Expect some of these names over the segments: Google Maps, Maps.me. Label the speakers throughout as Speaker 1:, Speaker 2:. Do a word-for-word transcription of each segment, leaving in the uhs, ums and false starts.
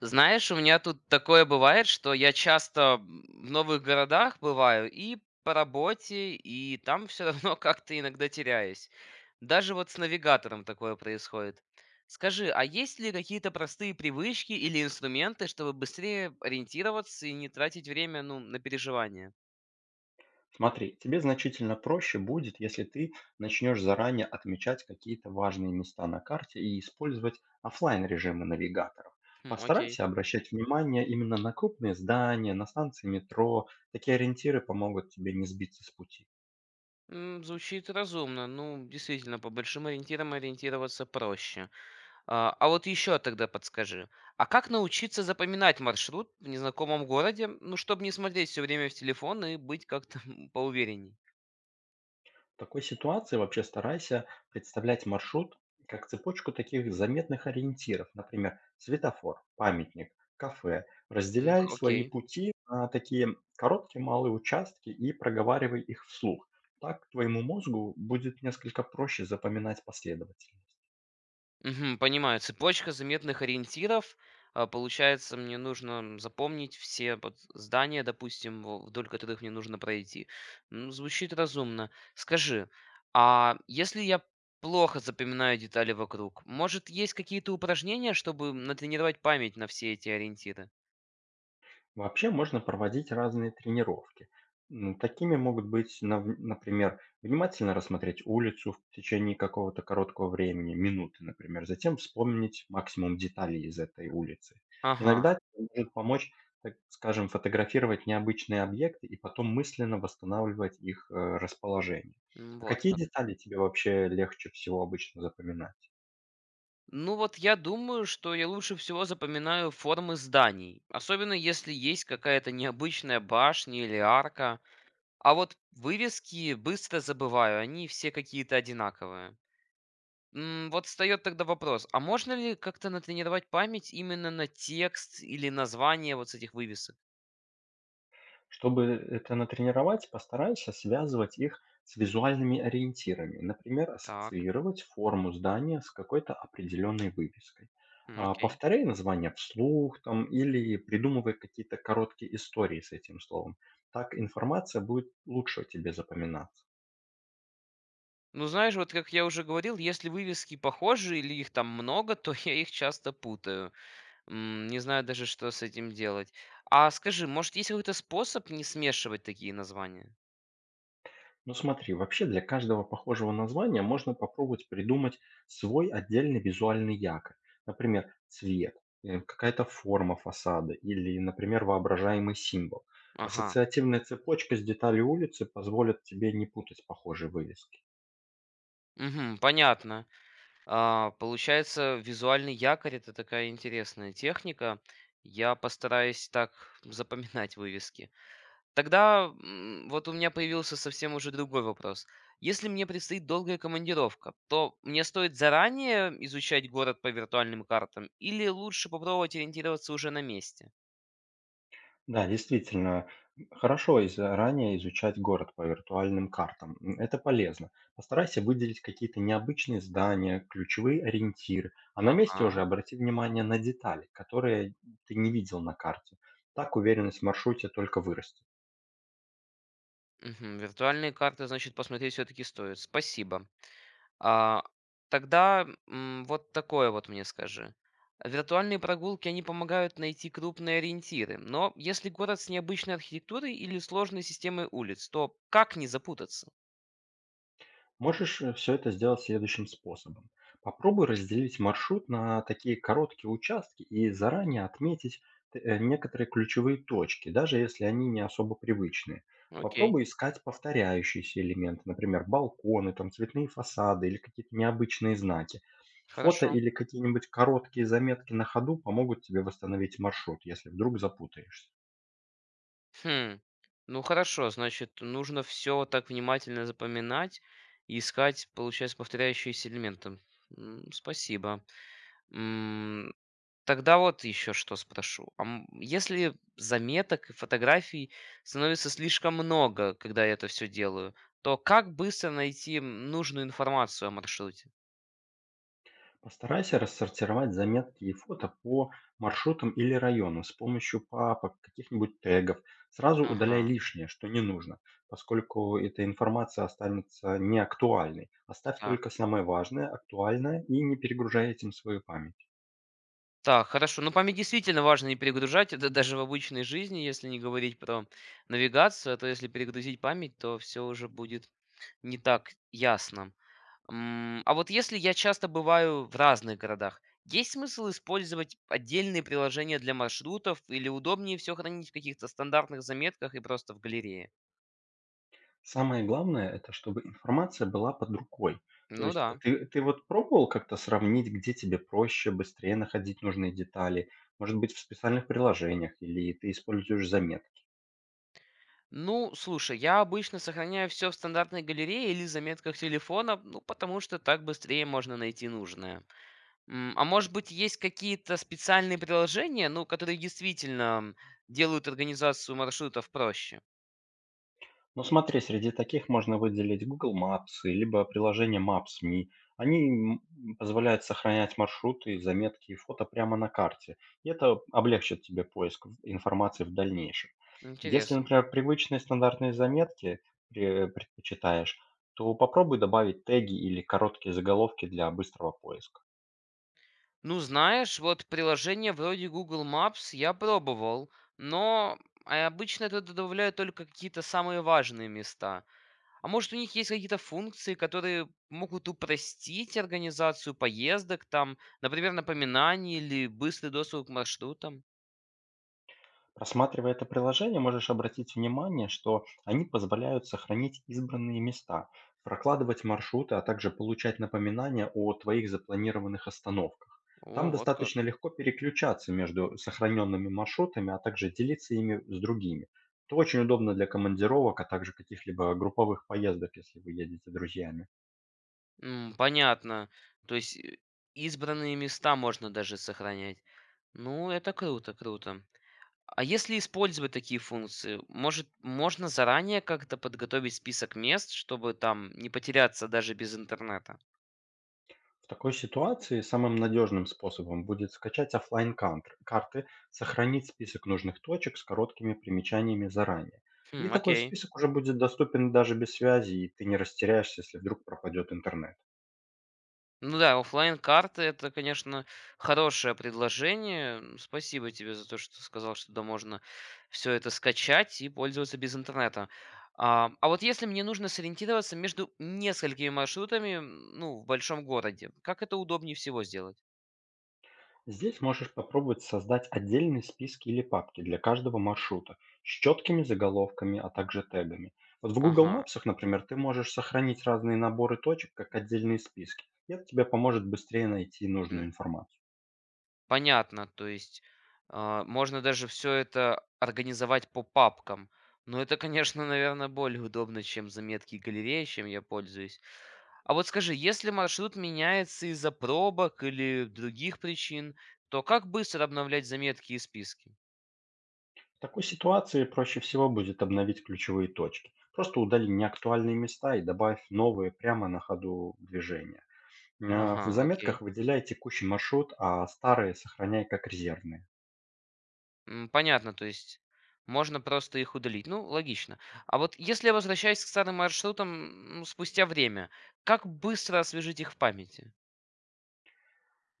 Speaker 1: Знаешь, у меня тут такое бывает, что я часто м, в новых городах бываю и по работе, и там все равно как-то иногда теряюсь. Даже вот с навигатором такое происходит. Скажи, а есть ли какие-то простые привычки или инструменты, чтобы быстрее ориентироваться и не тратить время, ну, на переживания?
Speaker 2: Смотри, тебе значительно проще будет, если ты начнешь заранее отмечать какие-то важные места на карте и использовать оффлайн режимы навигаторов.
Speaker 1: Хм, окей.
Speaker 2: Постарайся обращать внимание именно на крупные здания, на станции метро. Такие ориентиры помогут тебе не сбиться с пути.
Speaker 1: М, звучит разумно. Ну, действительно, по большим ориентирам ориентироваться проще. А а вот еще тогда подскажи, а как научиться запоминать маршрут в незнакомом городе, ну, чтобы не смотреть все время в телефон и быть как-то м, поуверенней?
Speaker 2: В такой ситуации вообще старайся представлять маршрут как цепочку таких заметных ориентиров, например, светофор, памятник, кафе.
Speaker 1: М,
Speaker 2: Разделяй
Speaker 1: х-
Speaker 2: свои
Speaker 1: Окей.
Speaker 2: пути на такие короткие малые участки и проговаривай их вслух. Так твоему мозгу будет несколько проще запоминать последовательность.
Speaker 1: Мгм, понимаю. Цепочка заметных ориентиров. А, Получается, мне нужно запомнить все вот здания, допустим, в- вдоль которых мне нужно пройти. М, Звучит разумно. Скажи, а если я плохо запоминаю детали вокруг, может, есть какие-то упражнения, чтобы натренировать память на все эти ориентиры?
Speaker 2: Вообще можно проводить разные тренировки. М, Такими могут быть, нав- например, внимательно рассмотреть улицу в течение какого-то короткого времени, минуты, например, затем вспомнить максимум деталей из этой улицы.
Speaker 1: Ага,
Speaker 2: Иногда это может помочь, так скажем, фотографировать необычные объекты и потом мысленно восстанавливать их э, расположение.
Speaker 1: м,
Speaker 2: А
Speaker 1: вот
Speaker 2: какие
Speaker 1: как.
Speaker 2: детали тебе вообще легче всего обычно запоминать?
Speaker 1: Ну вот я думаю, что я лучше всего запоминаю формы зданий, особенно если есть какая-то необычная башня или арка. А вот вывески быстро забываю, они все какие-то одинаковые. М, Вот встает тогда вопрос, а можно ли как-то натренировать память именно на текст или название вот с этих вывесок?
Speaker 2: Чтобы это натренировать, постарайся связывать их с визуальными ориентирами. Например,
Speaker 1: Так,
Speaker 2: ассоциировать форму здания с какой-то определенной вывеской.
Speaker 1: м,
Speaker 2: А,
Speaker 1: окей.
Speaker 2: Повторяй название вслух там, или придумывай какие-то короткие истории с этим словом. Так информация будет лучше тебе запоминаться.
Speaker 1: Ну знаешь, вот как я уже говорил, если вывески похожи или их там много, то я их часто путаю. М, не знаю даже, что с этим делать. А скажи, может, есть какой-то способ не смешивать такие названия?
Speaker 2: Ну смотри, вообще для каждого похожего названия можно попробовать придумать свой отдельный визуальный якорь. Например, цвет, э, какая-то форма фасада или, например, воображаемый символ.
Speaker 1: Ага.
Speaker 2: Ассоциативная цепочка с деталей улицы позволит тебе не путать похожие вывески.
Speaker 1: Мгм, понятно. А, получается, визуальный якорь это такая интересная техника. Я постараюсь так запоминать вывески. Тогда м, вот у меня появился совсем уже другой вопрос. Если мне предстоит долгая командировка, то мне стоит заранее изучать город по виртуальным картам или лучше попробовать ориентироваться уже на месте?
Speaker 2: Да, действительно, хорошо и заранее изучать город по виртуальным картам. М, Это полезно. Постарайся выделить какие-то необычные здания, ключевые ориентиры, а на месте уже
Speaker 1: Ага.
Speaker 2: обрати внимание на детали, которые ты не видел на карте. Так уверенность в маршруте только вырастет.
Speaker 1: Мгм. Виртуальные карты, значит, посмотреть все-таки стоит. Спасибо. А, тогда м, вот такое вот мне скажи. Виртуальные прогулки, они помогают найти крупные ориентиры, но если город с необычной архитектурой или сложной системой улиц, то как не запутаться?
Speaker 2: Можешь все это сделать следующим способом. Попробуй разделить маршрут на такие короткие участки и заранее отметить т- э, некоторые ключевые точки, даже если они не особо привычные.
Speaker 1: Окей,
Speaker 2: Попробуй искать повторяющиеся элементы, например, балконы, там цветные фасады или какие-то необычные знаки. Фото
Speaker 1: хорошо.
Speaker 2: или какие-нибудь короткие заметки на ходу помогут тебе восстановить маршрут, если вдруг запутаешься.
Speaker 1: Хм. Ну хорошо, значит, нужно все так внимательно запоминать и искать, получается, повторяющиеся элементы. М, Спасибо. М, Тогда вот еще что спрошу. А м, если заметок и фотографий становится слишком много, когда я это все делаю, то как быстро найти м, нужную информацию о маршруте?
Speaker 2: Постарайся рассортировать заметки и фото по маршрутам или району с помощью папок, каких-нибудь тегов. Сразу
Speaker 1: Ага,
Speaker 2: удаляй лишнее, что не нужно, поскольку эта информация останется неактуальной. Оставь
Speaker 1: так.
Speaker 2: только самое важное, актуальное и не перегружай этим свою память.
Speaker 1: Так, хорошо. Ну, память действительно важно не перегружать. Это даже в обычной жизни, если не говорить про навигацию, а то если перегрузить память, то все уже будет не так ясно. М, А вот если я часто бываю в разных городах, есть смысл использовать отдельные приложения для маршрутов или удобнее все хранить в каких-то стандартных заметках и просто в галерее?
Speaker 2: Самое главное — это чтобы информация была под рукой. То
Speaker 1: Ну
Speaker 2: есть
Speaker 1: да.
Speaker 2: ты, ты вот пробовал как-то сравнить, где тебе проще, быстрее находить нужные детали? Может быть, в специальных приложениях или ты используешь заметки?
Speaker 1: Ну, слушай, я обычно сохраняю все в стандартной галерее или заметках телефона, ну, потому что так быстрее можно найти нужное. М, А может быть, есть какие-то специальные приложения, ну, которые действительно м, делают организацию маршрутов проще?
Speaker 2: Ну смотри, среди таких можно выделить гугл мэпс и либо приложение мэпс точка ми. Они м, Позволяют сохранять маршруты, заметки и фото прямо на карте. И это облегчит тебе поиск в- информации в дальнейшем. Если,
Speaker 1: Интересно.
Speaker 2: например, привычные стандартные заметки пре- предпочитаешь, то попробуй добавить теги или короткие заголовки для быстрого поиска.
Speaker 1: Ну, знаешь, вот приложение вроде Google Maps я пробовал, но а обычно это добавляют только какие-то самые важные места. А может, у них есть какие-то функции, которые могут упростить организацию поездок, там, например, напоминание или быстрый доступ к маршрутам?
Speaker 2: Просматривая это приложение, можешь обратить внимание, что они позволяют сохранить избранные места, прокладывать маршруты, а также получать напоминания о твоих запланированных остановках.
Speaker 1: О,
Speaker 2: Там
Speaker 1: вот как.
Speaker 2: достаточно легко переключаться между сохраненными маршрутами, а также делиться ими с другими. Это очень удобно для командировок, а также каких-либо групповых поездок, если вы едете друзьями.
Speaker 1: М, понятно. То есть э, избранные места можно даже сохранять. Ну, это круто, круто. А если использовать такие функции, может, можно заранее как-то подготовить список мест, чтобы там не потеряться даже без интернета?
Speaker 2: В такой ситуации самым надежным способом будет скачать оффлайн кант- карты, сохранить список нужных точек с короткими примечаниями заранее. И
Speaker 1: Хм,
Speaker 2: такой
Speaker 1: окей.
Speaker 2: список уже будет доступен даже без связи, и ты не растеряешься, если вдруг пропадет интернет.
Speaker 1: Ну да, оффлайн карты это, конечно, хорошее предложение. М, Спасибо тебе за то, что сказал, что да, можно все это скачать и пользоваться без интернета. А, а вот если мне нужно сориентироваться между несколькими маршрутами, м, ну, в большом городе, как это удобнее всего сделать?
Speaker 2: Здесь можешь попробовать создать отдельные списки или папки для каждого маршрута с четкими заголовками, а также тегами. Вот в Google
Speaker 1: Ага.
Speaker 2: Maps, например, ты можешь сохранить разные наборы точек как отдельные списки, и это тебе поможет быстрее найти
Speaker 1: Хм.
Speaker 2: нужную информацию.
Speaker 1: Понятно, то есть, а, можно даже все это организовать по папкам. Но это, конечно, наверное, более удобно, чем заметки и галереи, чем я пользуюсь. А вот скажи, если маршрут меняется из-за пробок или других причин, то как быстро обновлять заметки и списки?
Speaker 2: В такой ситуации проще всего будет обновить ключевые точки. Просто удали неактуальные места и добавь новые прямо на ходу движения. Э,
Speaker 1: Ага,
Speaker 2: В заметках
Speaker 1: окей.
Speaker 2: выделяй текущий маршрут, а старые сохраняй как резервные.
Speaker 1: М, понятно, то есть можно просто их удалить. Ну, логично. А вот если я возвращаюсь к старым маршрутам, м, спустя время, как быстро освежить их в памяти?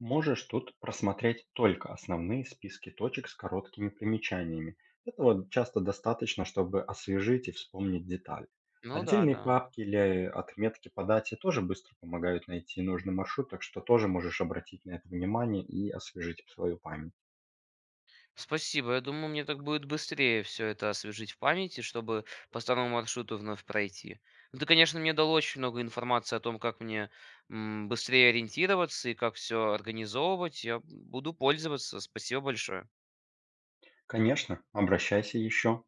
Speaker 2: Можешь тут просмотреть только основные списки точек с короткими примечаниями. Этого часто достаточно, чтобы освежить и вспомнить детали.
Speaker 1: Ну да,
Speaker 2: Отдельные
Speaker 1: да.
Speaker 2: папки или отметки по дате тоже быстро помогают найти нужный маршрут, так что тоже можешь обратить на это внимание и освежить свою память.
Speaker 1: Спасибо. Я думаю, мне так будет быстрее все это освежить в памяти, чтобы по старому маршруту вновь пройти. Ну, ты, конечно, мне дал очень много информации о том, как мне м, быстрее ориентироваться и как все организовывать. Я буду пользоваться. Спасибо большое.
Speaker 2: Конечно, обращайся еще.